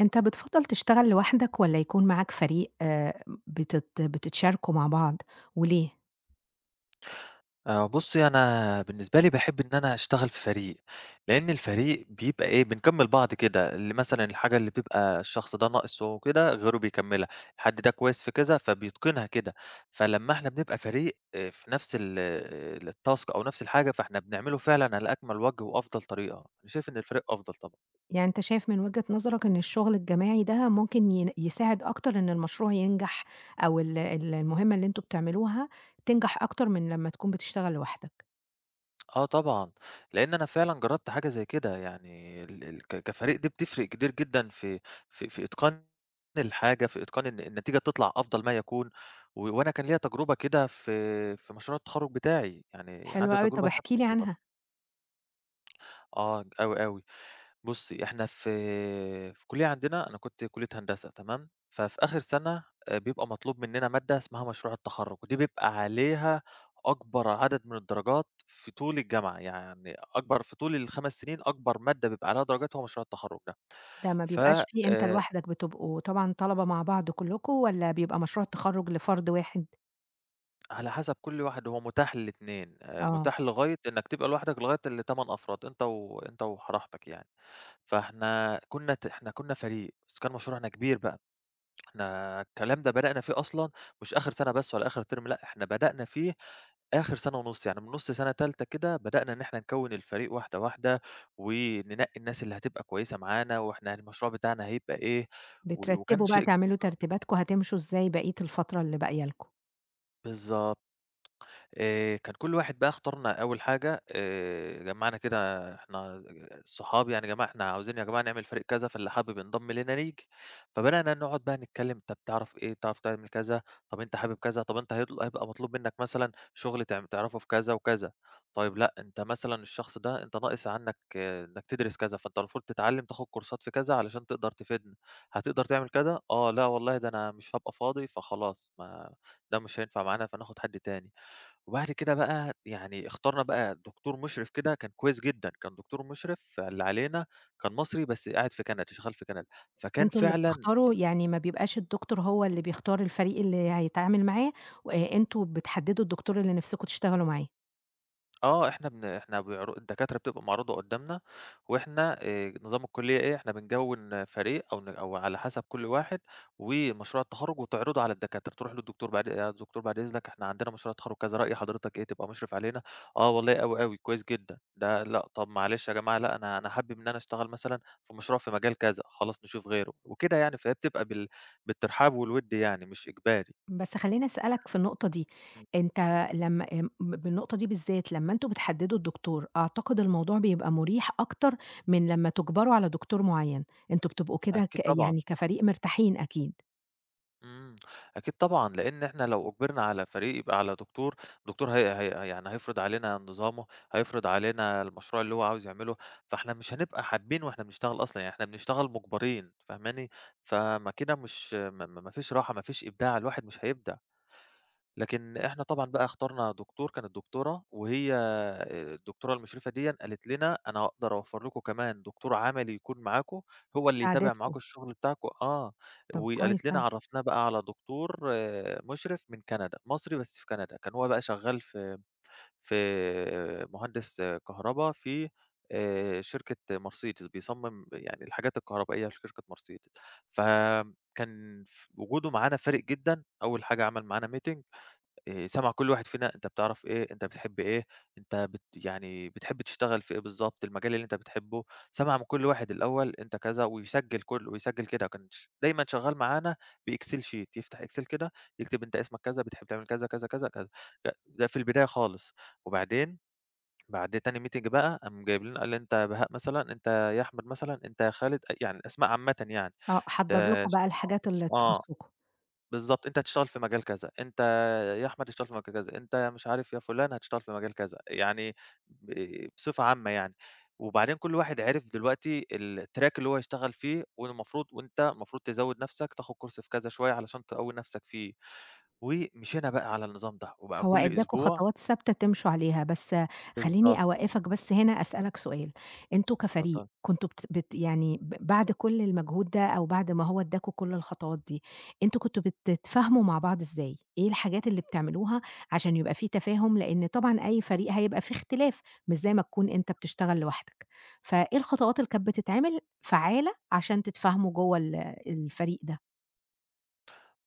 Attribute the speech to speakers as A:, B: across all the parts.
A: أنت بتفضّل تشتغل لوحدك والّا يكون معاك فريق بتتشاركوا مع بعض وليه؟
B: آه، بُصّي، أنا بالنسبة لي باحب إن أنا أشتغل في فريق، لإن الفريق بيبقى إيه، بنكمّل بعض كده، اللي مثلًا الحاجة اللي بيبقى الشخص ده ناقصه كده، غيره بيكمّلها، الحد ده كويس في كذا فبيتقنها كده، فلمّا إحنا بنبقى فريق في نفس ال الtask أو نفس الحاجة، فإحنا بنعمله فعلًا على أكمل وجه وأفضل طريقة، أنا شايف إن الفريق أفضل طبعًا.
A: يعني أنت شايف من وجهة نظرك إن الشغل الجماعي ده ممكن يساعد أكتر إن المشروع ينجح أو ال ال المهمة اللي أنتم بتعملوها تنجح أكتر من لمّا تكون بتشتغل لوحدك.
B: آه طبعًا، لإن أنا فعلًا جرّبت حاجة زي كده، يعني ال ال ك كفريق دي بتفرق كتير جدًا في في إتقان الحاجة، في إتقان إن النتيجة تطلع أفضل ما يكون، وأنا كان ليّا تجربة كده في في مشروع التخرُّج بتاعي، يعني
A: حلو
B: عندي
A: أوي، طب
B: تجربة
A: احكِ لي
B: سابقة.
A: عنها.
B: آه، أوي، أوي. بُصّي، إحنا في في الكلية عندنا، أنا كنت كلية هندسة تمام، ففي آخر سنة بيبقى مطلوب مننا مادة اسمها مشروع التخرُّج، ودي بيبقى عليها أكبر عدد من الدرجات في طول الجامعة، يعني أكبر في طول ال5 سنين أكبر مادة بيبقى عليها درجات هو مشروع التخرُّج ده.
A: ده ما
B: ف
A: بيبقاش فيه أنت
B: آآ،
A: لوحدك، بتبقوا طبعًا طلبة مع بعض كلّكم والّا بيبقى مشروع التخرُّج لفرد واحد؟
B: على حسب كل واحد هو متاح لل2،
A: آه،
B: متاح لغاية إنك تبقى لوحدك لغاية ل8 أفراد، أنت وأنت وحراحتك يعني. فإحنا كنا ت إحنا كنا فريق، بس كان مشروعنا كبير بقى. إحنا الكلام ده بدأنا فيه أصلًا مش آخر سَنة بس ولا آخر ترم، لأ، إحنا بدأنا فيه آخر سَنة ونُص، يعني من نُص سَنة تالتة كده بدأنا إن إحنا نكوِّن الفريق واحدة، واحدة، وننقّي الناس اللي هتبقى كويسة معانا، وإحنا المشروع بتاعنا هيبقى إيه. وكان
A: بترتّبوا بقى
B: شيء
A: تعملوا ترتيباتكم هتمشوا إزاي بقية الفترة اللي باقية لكم؟
B: بالضبط. كان كل واحد بقى اختارنا أول حاجة، جمّعنا كده إحنا صحابي، يعني يا جماعة إحنا عاوزين يا جماعة نعمل فريق كذا، فاللي حابب ينضم لينا ييجي. فبدأنا نقعد بقى نتكلّم، طب تعرف إيه، تعرف تعمل كذا، طب أنت حابب كذا، طب أنت هيبقى مطلوب منّك مثلًا شغل تعرفه في كذا وكذا. طيب لأ، أنت مثلًا الشخص ده أنت ناقص عنّك، آه، إنّك تدرس كذا، فأنت المفروض تتعلّم تاخد كورسات في كذا علشان تقدر تفيدنا. هتقدر تعمل كذا؟ آه، لأ والله ده أنا مش هابقى فاضي، فخلاص، ما ده مش هينفع معانا فناخد حد تاني. وبعد كده بقى يعني اخترنا بقى دكتور مشرف كده كان كويس جدًا، كان دكتور مشرف اللي علينا كان مصري بس قاعد في كندا، شغال في كندا، فكان
A: أنتم اللي
B: فعلًا
A: بتختاروا، يعني ما بيبقاش الدكتور هو اللي بيختار الفريق اللي هيتعامل معاه، وآآ أنتم بتحددوا الدكتور اللي نفسكم تشتغلوا معاه.
B: آه، إحنا إحنا الدكاترة بتبقى معروضة قدّامنا، وإحنا نظام الكلية إيه، إحنا بنكوّن فريق أو على حسب كل واحد ومشروع التخرُّج وتعرضه على الدكاترة، تروح للدكتور بعد يا دكتور بعد إذنك إحنا عندنا مشروع تخرُّج كذا، رأي حضرتك إيه، تبقى مُشرف علينا؟ آه والله أوي، أوي، كويس جدًا، ده لأ، طَب معلش يا جماعة لأ، أنا حابب إن أنا أشتغل مثلًا في مشروع في مجال كذا، خلاص نشوف غيره وكده يعني، فهي بتبقى بالترحاب والوِد، يعني مش إجباري.
A: بس خلّيني أسألك في النقطة دي،
B: إمم،
A: أنت لمّا بالنقطة دي بالذات لمّا أنتم بتحددوا الدكتور، أعتقد الموضوع بيبقى مريح أكتر من لمّا تجبروا على دكتور معيّن، أنتم بتبقوا كده
B: أكيد طبعًا.
A: يعني كفريق مرتاحين أكيد،
B: إمم، أكيد طبعًا، لإن إحنا لو أُجبرنا على فريق، يبقى على دكتور، دكتور هي يعني هيفرض علينا نظامه، هيفرض علينا المشروع اللي هو عاوز يعمله، فإحنا مش هنبقى حابين وإحنا بنشتغل أصلًا، يعني إحنا بنشتغل مُجبرين، فاهماني؟ فما كده مش ما فيش راحة، ما فيش إبداع، الواحد مش هيبدع. لكن إحنا طبعًا بقى اخترنا دكتور، كانت دكتورة، وهي الدكتورة المشرفة ديًّا قالت لنا: "أنا هاقدر أوفّر لكم كمان دكتور عملي يكون معاكم، هو اللي يتابع
A: ساعدتكم،
B: معاكم الشغل بتاعكم." آه،
A: طب كويس
B: وقالت لنا
A: أوي،
B: عرّفناه بقى على دكتور، آه، مشرف من كندا، مصري بس في كندا، كان هو بقى شغّال في في مهندس كهربا في شركة مرسيدس، بيصمم يعني الحاجات الكهربائية لشركة مرسيدس، فكان ف وجوده معانا فارق جدًا. أول حاجة عمل معانا meeting، سمع كل واحد فينا أنت بتعرف إيه، أنت بتحب إيه، أنت يعني بتحب تشتغل في إيه بالضبط، المجال اللي أنت بتحبه، سمع من كل واحد الأول أنت كذا ويسجّل ويسجّل كده، كان دايمًا شغّال معانا بExcel sheet، يفتح Excel كده يكتب أنت اسمك كذا، بتحب تعمل كذا، كذا، كذا، كذا، ده في البداية خالص. وبعدين بعد تاني meeting بقى قام جايب لنا قال لي: "أنت يا بهاء مثلًا، أنت يا أحمد مثلًا، أنت يا خالد"، يعني الأسماء عامةً يعني.
A: آه، حضّر
B: ده
A: لكم
B: ش
A: بقى الحاجات اللي
B: آه.
A: تخصكم.
B: بالضبط، أنت هتشتغل في مجال كذا، أنت يا أحمد هتشتغل في مجال كذا، أنت يا مش عارف يا فُلان هتشتغل في مجال كذا، يعني ب بصفة عامة يعني. وبعدين كل واحد عرف دلوقتي الtrack اللي هو يشتغل فيه، والمفروض المفروض تزوّد نَفْسك، تاخد كورس في كذا شوية علشان تقوّي نَفْسك فيه، ومشينا بقى على النظام ده، وبقى
A: هو
B: كل
A: ادّاكم
B: أسبوع
A: خطوات ثابتة تمشوا عليها، بس
B: بالضبط،
A: خلّيني أوقّفك بس هنا أسألك سؤال، أنتم
B: اتفضل.
A: كفريق كنتم بت بت يعني بعد كل المجهود ده أو بعد ما هو ادّاكم كل الخطوات دي، أنتم كنتم بتتفاهموا مع بعض إزاي؟ إيه الحاجات اللي بتعملوها عشان يبقى في تفاهم؟ لإن طبعًا أي فريق هيبقى فيه اختلاف، مش زي ما تكون أنت بتشتغل لوحدك، فإيه الخطوات اللي كانت بتتعمل فعّالة عشان تتفاهموا جوّه الفريق ده؟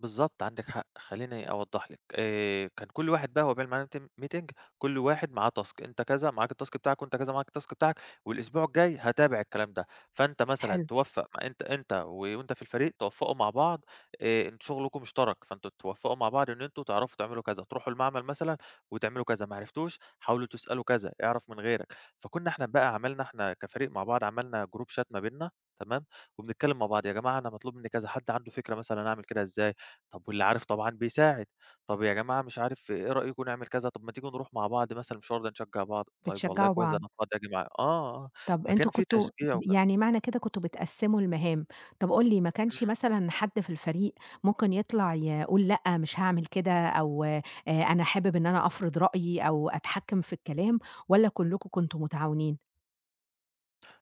B: بالضبط، عندِك حق، خلّيني أوضّح لِك. كان كل واحد بقى هو عقبال ما نعمل meeting، كل واحد معاه task، أنت كذا معاك الtask بتاعك، وأنت كذا معاك الtask بتاعك، والأسبوع الجاي هاتابع الكلام ده. فأنت مثلًا
A: حلو،
B: توفّق، ما أنت أنت و وأنت في الفريق توفّقوا مع بعض، إن شغلكم مشترك، فأنتم توفّقوا مع بعض إن أنتم تعرفوا تعملوا كذا، تروحوا المعمل مثلًا وتعملوا كذا، ما عرفتوش حاولوا تسألوا كذا، اعرف من غيرك. فكنا إحنا بقى عملنا، إحنا كفريق مع بعض عملنا group chat ما بيننا، تمام، وبنتكلم مع بعض يا جماعة أنا مطلوب مني كذا، حد عنده فكرة مثلًا أعمل كده إزاي؟ طب واللي عارف طبعًا بيساعد، طب يا جماعة مش عارف إيه رأيكم نعمل كذا، طب ما تيجوا نروح مع بعض مثلًا المشوار ده نشجّع بعض، طيب والله
A: بتشجّعوا
B: كويس ده
A: بعض.
B: أنا فاضي آجي معاك آه. آه،
A: طب
B: فكان
A: أنتم
B: في
A: كنتم
B: تشجيع وكان
A: يعني معنى كده كنتم بتقسّموا المهام، طب قُل لي ما كانش
B: إمم.
A: مثلًا حد في الفريق ممكن يطلع يقول لأ مش هاعمل كده أو أنا حابب إن أنا أفرض رأيي أو أتحكّم في الكلام والّا كلّكم كنتم متعاونين؟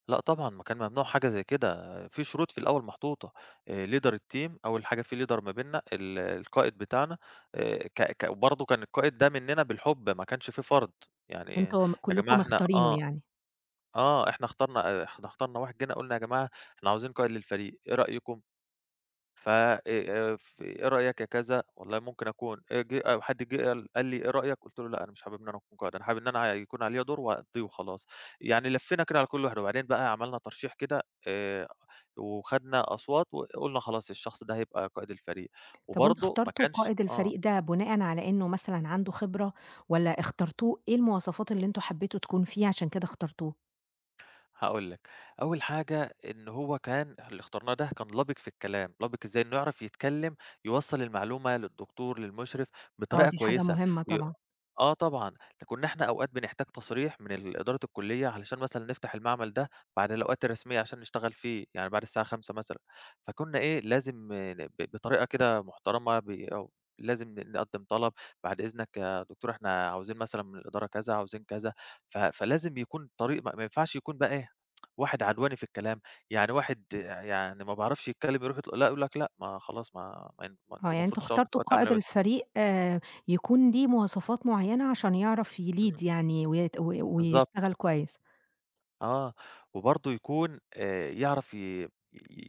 B: لأ طبعًا، ما كان ممنوع حاجة زي كده، في شروط في الأول محطوطة. Leader الteam، أول حاجة في leader ما بيننا، القائد بتاعنا، ك ك وبرضه كان القائد ده مننا بالحُب، ما كانش في فرض، يعني
A: أنتم
B: يا جماعة
A: كلّكم
B: إحنا
A: مختارينه
B: آه،
A: يعني.
B: آه، إحنا اخترنا واحد، جينا قُلنا يا جماعة إحنا عاوزين قائد للفريق، إيه رأيكم؟ ف ف إيه رأيك يا كذا؟ والله ممكن أكون، جه أو حد جه قال لي إيه رأيك؟ قُلت له لأ، أنا مش حابب إن أنا أكون قائد، أنا حابب إن أنا يكون عليّا دور وأقضيه وخلاص. يعني لفّينا كده على كل واحد، وبعدين بقى عملنا ترشيح كده، آآ وخدنا أصوات وقُلنا خلاص الشخص ده هيبقى قائد الفريق،
A: طب وأنتم
B: وبرضه ما
A: اخترتوا
B: كانش
A: قائد
B: آه،
A: الفريق ده بناءً على إنه مثلًا عنده خبرة والّا اخترتوه إيه المواصفات اللي أنتم حبيتوا تكون فيه عشان كده اخترتوه؟
B: هاقول لك. أول حاجة إن هو كان اللي اخترناه ده كان لبِق في الكلام، لبِق إزاي؟ إنه يعرف يتكلم، يوصّل المعلومة للدكتور، للمشرف
A: آه،
B: بطريقة
A: دي حاجة
B: كويسة.
A: مهمة
B: ي
A: طبعًا.
B: آه طبعًا، ده كُنّا إحنا أوقات بنحتاج تصريح من ال إدارة الكُلّية علشان مثلًا نفتح المعمل ده بعد الأوقات الرسمية عشان نشتغل فيه، يعني بعد الساعة 17:00 مثلًا، فكُنّا إيه، لازم ن ب بطريقة كده محترمة ب أو لازم نقدّم طلب، "بعد إذنك يا دكتور إحنا عاوزين مثلًا من الإدارة كذا، عاوزين كذا." فلازم يكون طريق، ما ما ينفعش يكون بقى إيه، واحد عدواني في الكلام، يعني واحد آه، يعني ما بيعرفش يتكلّم، يروح يط لأ، يقول لك: "لأ، ما خلاص ما ما ين ما أنتم
A: آه، يعني
B: المفروض
A: أنتم
B: تشتغلوا في
A: اخترتوا
B: الأوقات العملية
A: قائد
B: بس."
A: الفريق يكون ليه مواصفات معيّنة عشان يعرف
B: إمم،
A: يlead يعني و
B: بالضبط.
A: ويشتغل كويس،
B: آه، وبرضه يكون يعرف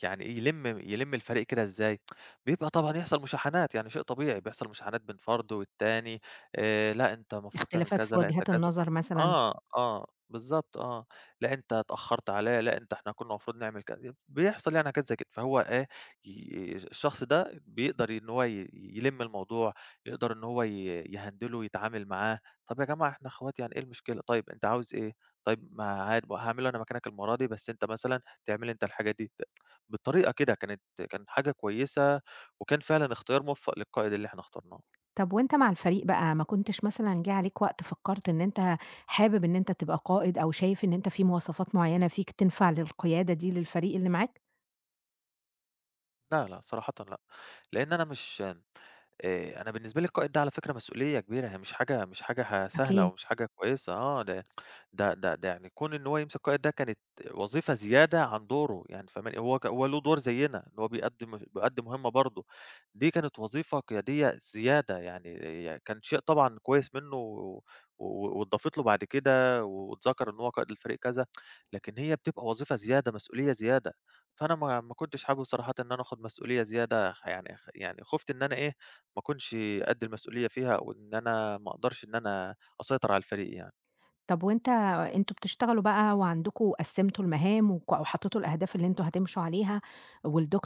B: يعني إيه، يلِم الفريق كده إزاي؟ بيبقى طبعًا يحصل مشاحنات، يعني شيء طبيعي، بيحصل مشاحنات بين فرد والتاني، لأ أنت المفروض تعمل
A: اختلافات
B: كذا،
A: في
B: لأ أنت
A: وجهات
B: كذا.
A: النظر مثلًا.
B: آه، آه، بالضبط آه، لأ أنت اتأخرت عليّا، لأ أنت إحنا كنا المفروض نعمل كذا، بيحصل يعني حاجات زي كده، فهو إيه، الشخص ده بيقدر إن هو يلِم الموضوع، يقدر إن هو يهندله، يتعامل معاه، طَب يا جماعة إحنا أخوات، يعني إيه المشكلة، طيب أنت عاوز إيه؟ طيب ما عاد هاعمله أنا مكانك المرّة دي، بس أنت مثلًا تعمل أنت الحاجة دي." بالطريقة كده كانت كان حاجة كويسة، وكان فعلًا اختيار موفّق للقائد اللي إحنا اخترناه.
A: طب وأنت مع الفريق بقى ما كنتش مثلًا جه عليك وقت فكرت إن أنت حابب إن أنت تبقى قائد أو شايف إن أنت في مواصفات معيّنة فيك تنفع للقيادة دي للفريق اللي معاك؟
B: لا، لا، صراحةً لأ، لإن أنا مش أنا بالنسبة لي القائد ده على فكرة مسؤولية كبيرة، هي مش حاجة، مش حاجة سهلة أو
A: أكيد.
B: مش حاجة كويسة، آه، ده يعني كون إن هو يمسك قائد ده كانت وظيفة زيادة عن دوره، يعني فاهماني؟ هو هو له دور زيّنا، إن هو بيأدّي مهمة برضه، دي كانت وظيفة قيادية زيادة، يعني كان شيء طبعًا كويس منّه و واتضافت له بعد كده واتذكر إن هو قائد الفريق كذا، لكن هي بتبقى وظيفة زيادة، مسؤولية زيادة، فأنا ما كنتش حابب صراحةً إن أنا آخُد مسؤولية زيادة، خ يعني خ يعني خُفت إن أنا إيه، ما أكونش قد المسؤولية فيها، أو إن أنا ما أقدرش إن أنا أسيطر على الفريق يعني.
A: طب وأنت أنتم بتشتغلوا بقى وعندكم قسّمتوا المهام وك وحطيتوا الأهداف اللي أنتم هتمشوا عليها،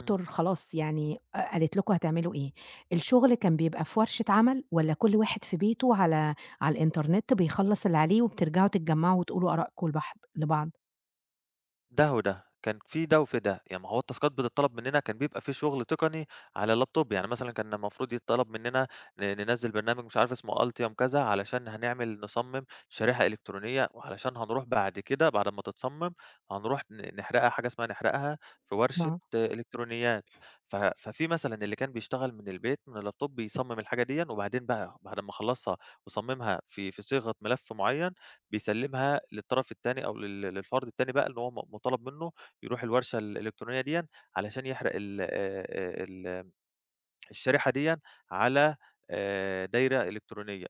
B: إمم.
A: خلاص يعني قالت لكم هتعملوا إيه، الشغل كان بيبقى في ورشة عمل والّا كل واحد في بيته على الإنترنت بيخلّص اللي عليه وبترجعوا تتجمّعوا وتقولوا آرائكم لبعض؟
B: ده وده، كان في ده وفي ده، يعني ما هو التاسكات بتطلب مننا، كان بيبقى في شغل تقني على اللابتوب، يعني مثلًا كان المفروض يتطلب مننا ننزّل برنامج مش عارف اسمه altium كذا علشان هنعمل نصمم شريحة إلكترونية، وعلشان هنروح بعد كده بعد ما تتصمم هنروح نحرقها، حاجة اسمها نحرقها في ورشة،
A: آه،
B: آه، إلكترونيات. ف ففي مثلًا اللي كان بيشتغل من البيت من اللابتوب بيصمم الحاجة ديًا، وبعدين بقى بعد ما خلّصها وصممها في في صيغة ملف معين، بيسلّمها للطرف التاني أو للفرد التاني بقى اللي هو مطالب منّه يروح الورشة الإلكترونية ديًّا علشان يحرق ال ال الشريحة ديًّا على دايرة إلكترونية،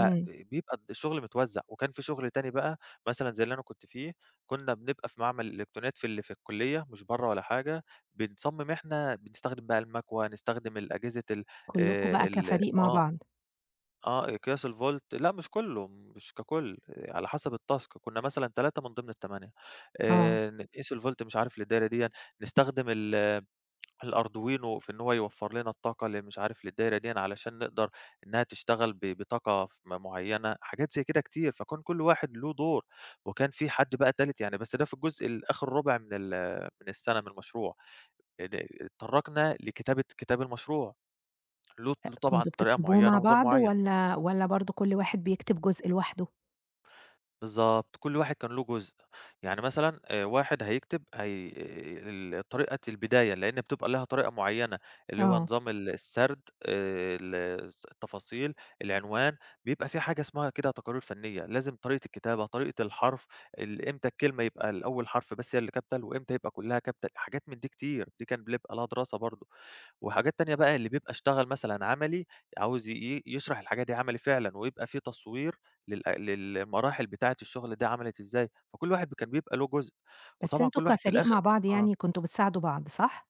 A: إمم،
B: الشغل متوزّع، وكان في شغل تاني بقى مثلًا زي اللي أنا كنت فيه، كنّا بنبقى في معمل الإلكترونيات في في الكلية مش برّه ولا حاجة، بنصمم، إحنا بنستخدم بقى المكوة، نستخدم الأجهزة ال
A: كلّكم
B: آآ
A: بقى
B: ال
A: كفريق مع
B: آه.
A: بعض،
B: آه، أقياس الفولت لأ مش كلّه، مش ككل، على حسب الtask كنا مثلًا 3 من ضمن ال8،
A: آه،
B: نقيس الفولت مش عارف للدايرة ديًا، نستخدم الأردوينو في إن هو يوفّر لنا الطاقة اللي مش عارف للدايرة ديًا علشان نقدر إنها تشتغل بطاقة معيّنة، حاجات زي كده كتير، فكان كل واحد له دور، وكان في حد بقى تالت يعني، بس ده في الجزء آخر ربع من من السنة من المشروع. اد اتطرّقنا لكتابة كتاب المشروع، له طبعًا
A: كنتم
B: طريقة
A: بتكتبوه
B: معيّنة
A: مع
B: ونظام
A: بعض
B: معيّن.
A: والّا برضه كل واحد بيكتب جزء لوحده؟
B: بالضبط، كل واحد كان له جزء، يعني مثلًا واحد هيكتب هي ال طريقة البداية لأن بتبقى لها طريقة معيّنة، اللي هو
A: آه،
B: نظام السرد، ال التفاصيل، العنوان، بيبقى في حاجة اسمها كده تقارير فنية، لازم طريقة الكتابة، طريقة الحرف، ال إمتى الكلمة يبقى الأول حرف بس هي اللي capital، وإمتى يبقى كلها capital، حاجات من دي كتير، دي كان بيبقى لها دراسة برضه. وحاجات تانية بقى اللي بيبقى اشتغل مثلًا عملي، عاوز يشرح الحاجة دي عملي فعلًا، ويبقى في تصوير للمراحل بتاعة الشغل ده عملت إزاي، فكل واحد كان بيبقى له جزء،
A: بس
B: وطبعًا
A: أنتم
B: كل واحد في
A: كفريق
B: الآخر
A: مع بعض
B: آه،
A: يعني كنتم بتساعدوا بعض، صح؟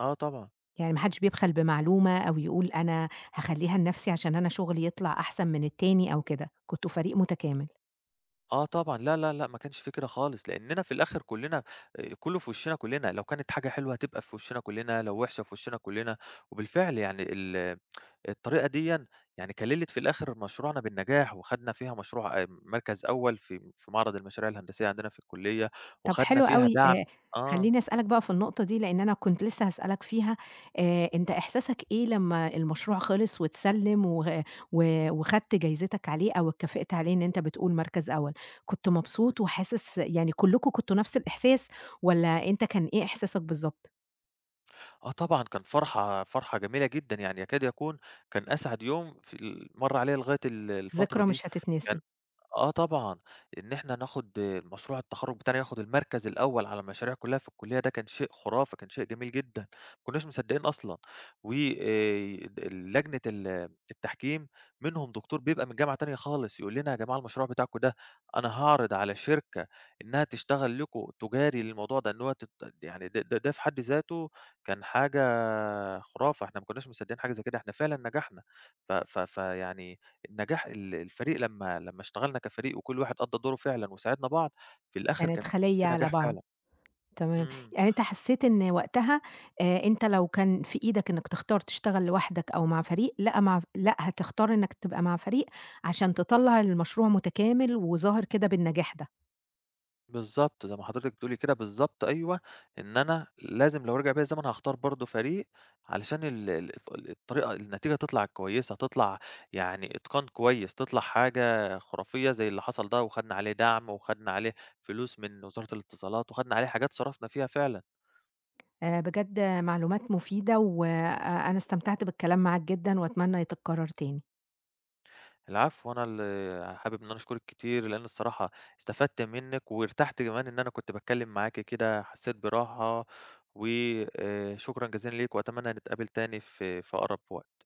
B: آه طبعًا،
A: يعني ما حدش بيبخل بمعلومة أو يقول أنا هاخلّيها لنفسي عشان أنا شغلي يطلع أحسن من التاني أو كده، كنتم فريق متكامل.
B: آه طبعًا، لا، لا، لأ، ما كانش في كده خالص، لأننا في الآخر كلنا، كله في وشنا كلنا، لو كانت حاجة حلوة هتبقى في وشنا كلنا، لو وحشة في وشنا كلنا، وبالفعل يعني الطريقة ديًا يعني كلّلت في الآخر مشروعنا بالنجاح، وخدنا فيها مشروع مركز أول في في معرض المشاريع الهندسية عندنا في الكلية،
A: طب
B: وخدنا
A: حلو
B: فيها
A: أوي،
B: دعم. آه،
A: خلّيني أسألك بقى في النقطة دي لإن أنا كنت لسه هاسألك فيها، أنت إحساسك إيه لمّا المشروع خلص واتسلّم وخدت جايزتك عليه أو اتكافئت عليه إن أنت بتقول مركز أول، كنت مبسوط وحاسس يعني كلّكم كنتم نفس الإحساس والّا أنت كان إيه إحساسك بالضبط؟
B: آه طبعًا، كان فرحة، فرحة جميلة جدًا، يعني يكاد يكون كان أسعد يوم في مَر عليَّ لغاية الفترة
A: ذكرى
B: دي،
A: مش
B: كان
A: هتتنسي،
B: آه طبعًا، إن إحنا ناخد مشروع التخرُّج بتاعنا، ياخد المركز الأول على المشاريع كلّها في الكلية، ده كان شيء خُرافي، كان شيء جميل جدًا، ما كناش مصدّقين أصلًا. و ال لجنة التحكيم منهم دكتور بيبقى من جامعة تانية خالص، يقول لنا: "يا جماعة المشروع بتاعكم ده أنا هاعرض على شركة إنها تشتغل لكم تجاري للموضوع ده." إن هو يعني ده في حد ذاته كان حاجة خرافة، إحنا ما كناش مصدقين حاجة زي كده، إحنا فعلًا نجحنا. ف ف فيعني النجاح، الفريق لمّا اشتغلنا كفريق وكل واحد قضّى دوره فعلًا وساعدنا بعض، في الآخر
A: كانت
B: كان
A: خالية
B: في
A: على
B: نجاح
A: بعض.
B: فعلًا.
A: تمام،
B: إمم،
A: يعني أنت حسّيت إن وقتها أنت لو كان في إيدك إنّك تختار تشتغل لوحدك أو مع فريق، لأ هتختار إنّك تبقى مع فريق عشان تطلّع المشروع متكامل وظاهر كده بالنجاح ده.
B: بالضبط، زي ما حضرتِك بتقولي كده بالضبط أيوه، إن أنا لازم لو رجع بيّا الزمن هاختار برضه فريق علشان ال ال الط الطريقة النتيجة تطلع كويسة، تطلع يعني إتقان كويس، تطلع حاجة خرافية زي اللي حصل ده، وخدنا عليه دعم وخدنا عليه فلوس من وزارة الاتصالات وخدنا عليه حاجات صرفنا فيها فعلًا.
A: بجد معلومات مفيدة، أنا استمتعت بالكلام معاك جدًا وأتمنى يتكرر تاني.
B: العفو، أنا اللي حابب إن أنا أشكرِك كتير، لإن الصراحة استفدت منِّك وارتحت كمان إن أنا كنت باتكلّم معاكِ كده، حسّيت براحة، و شكرًا جزيلًا ليكِ وأتمنى نتقابل تاني في في أقرب وقت.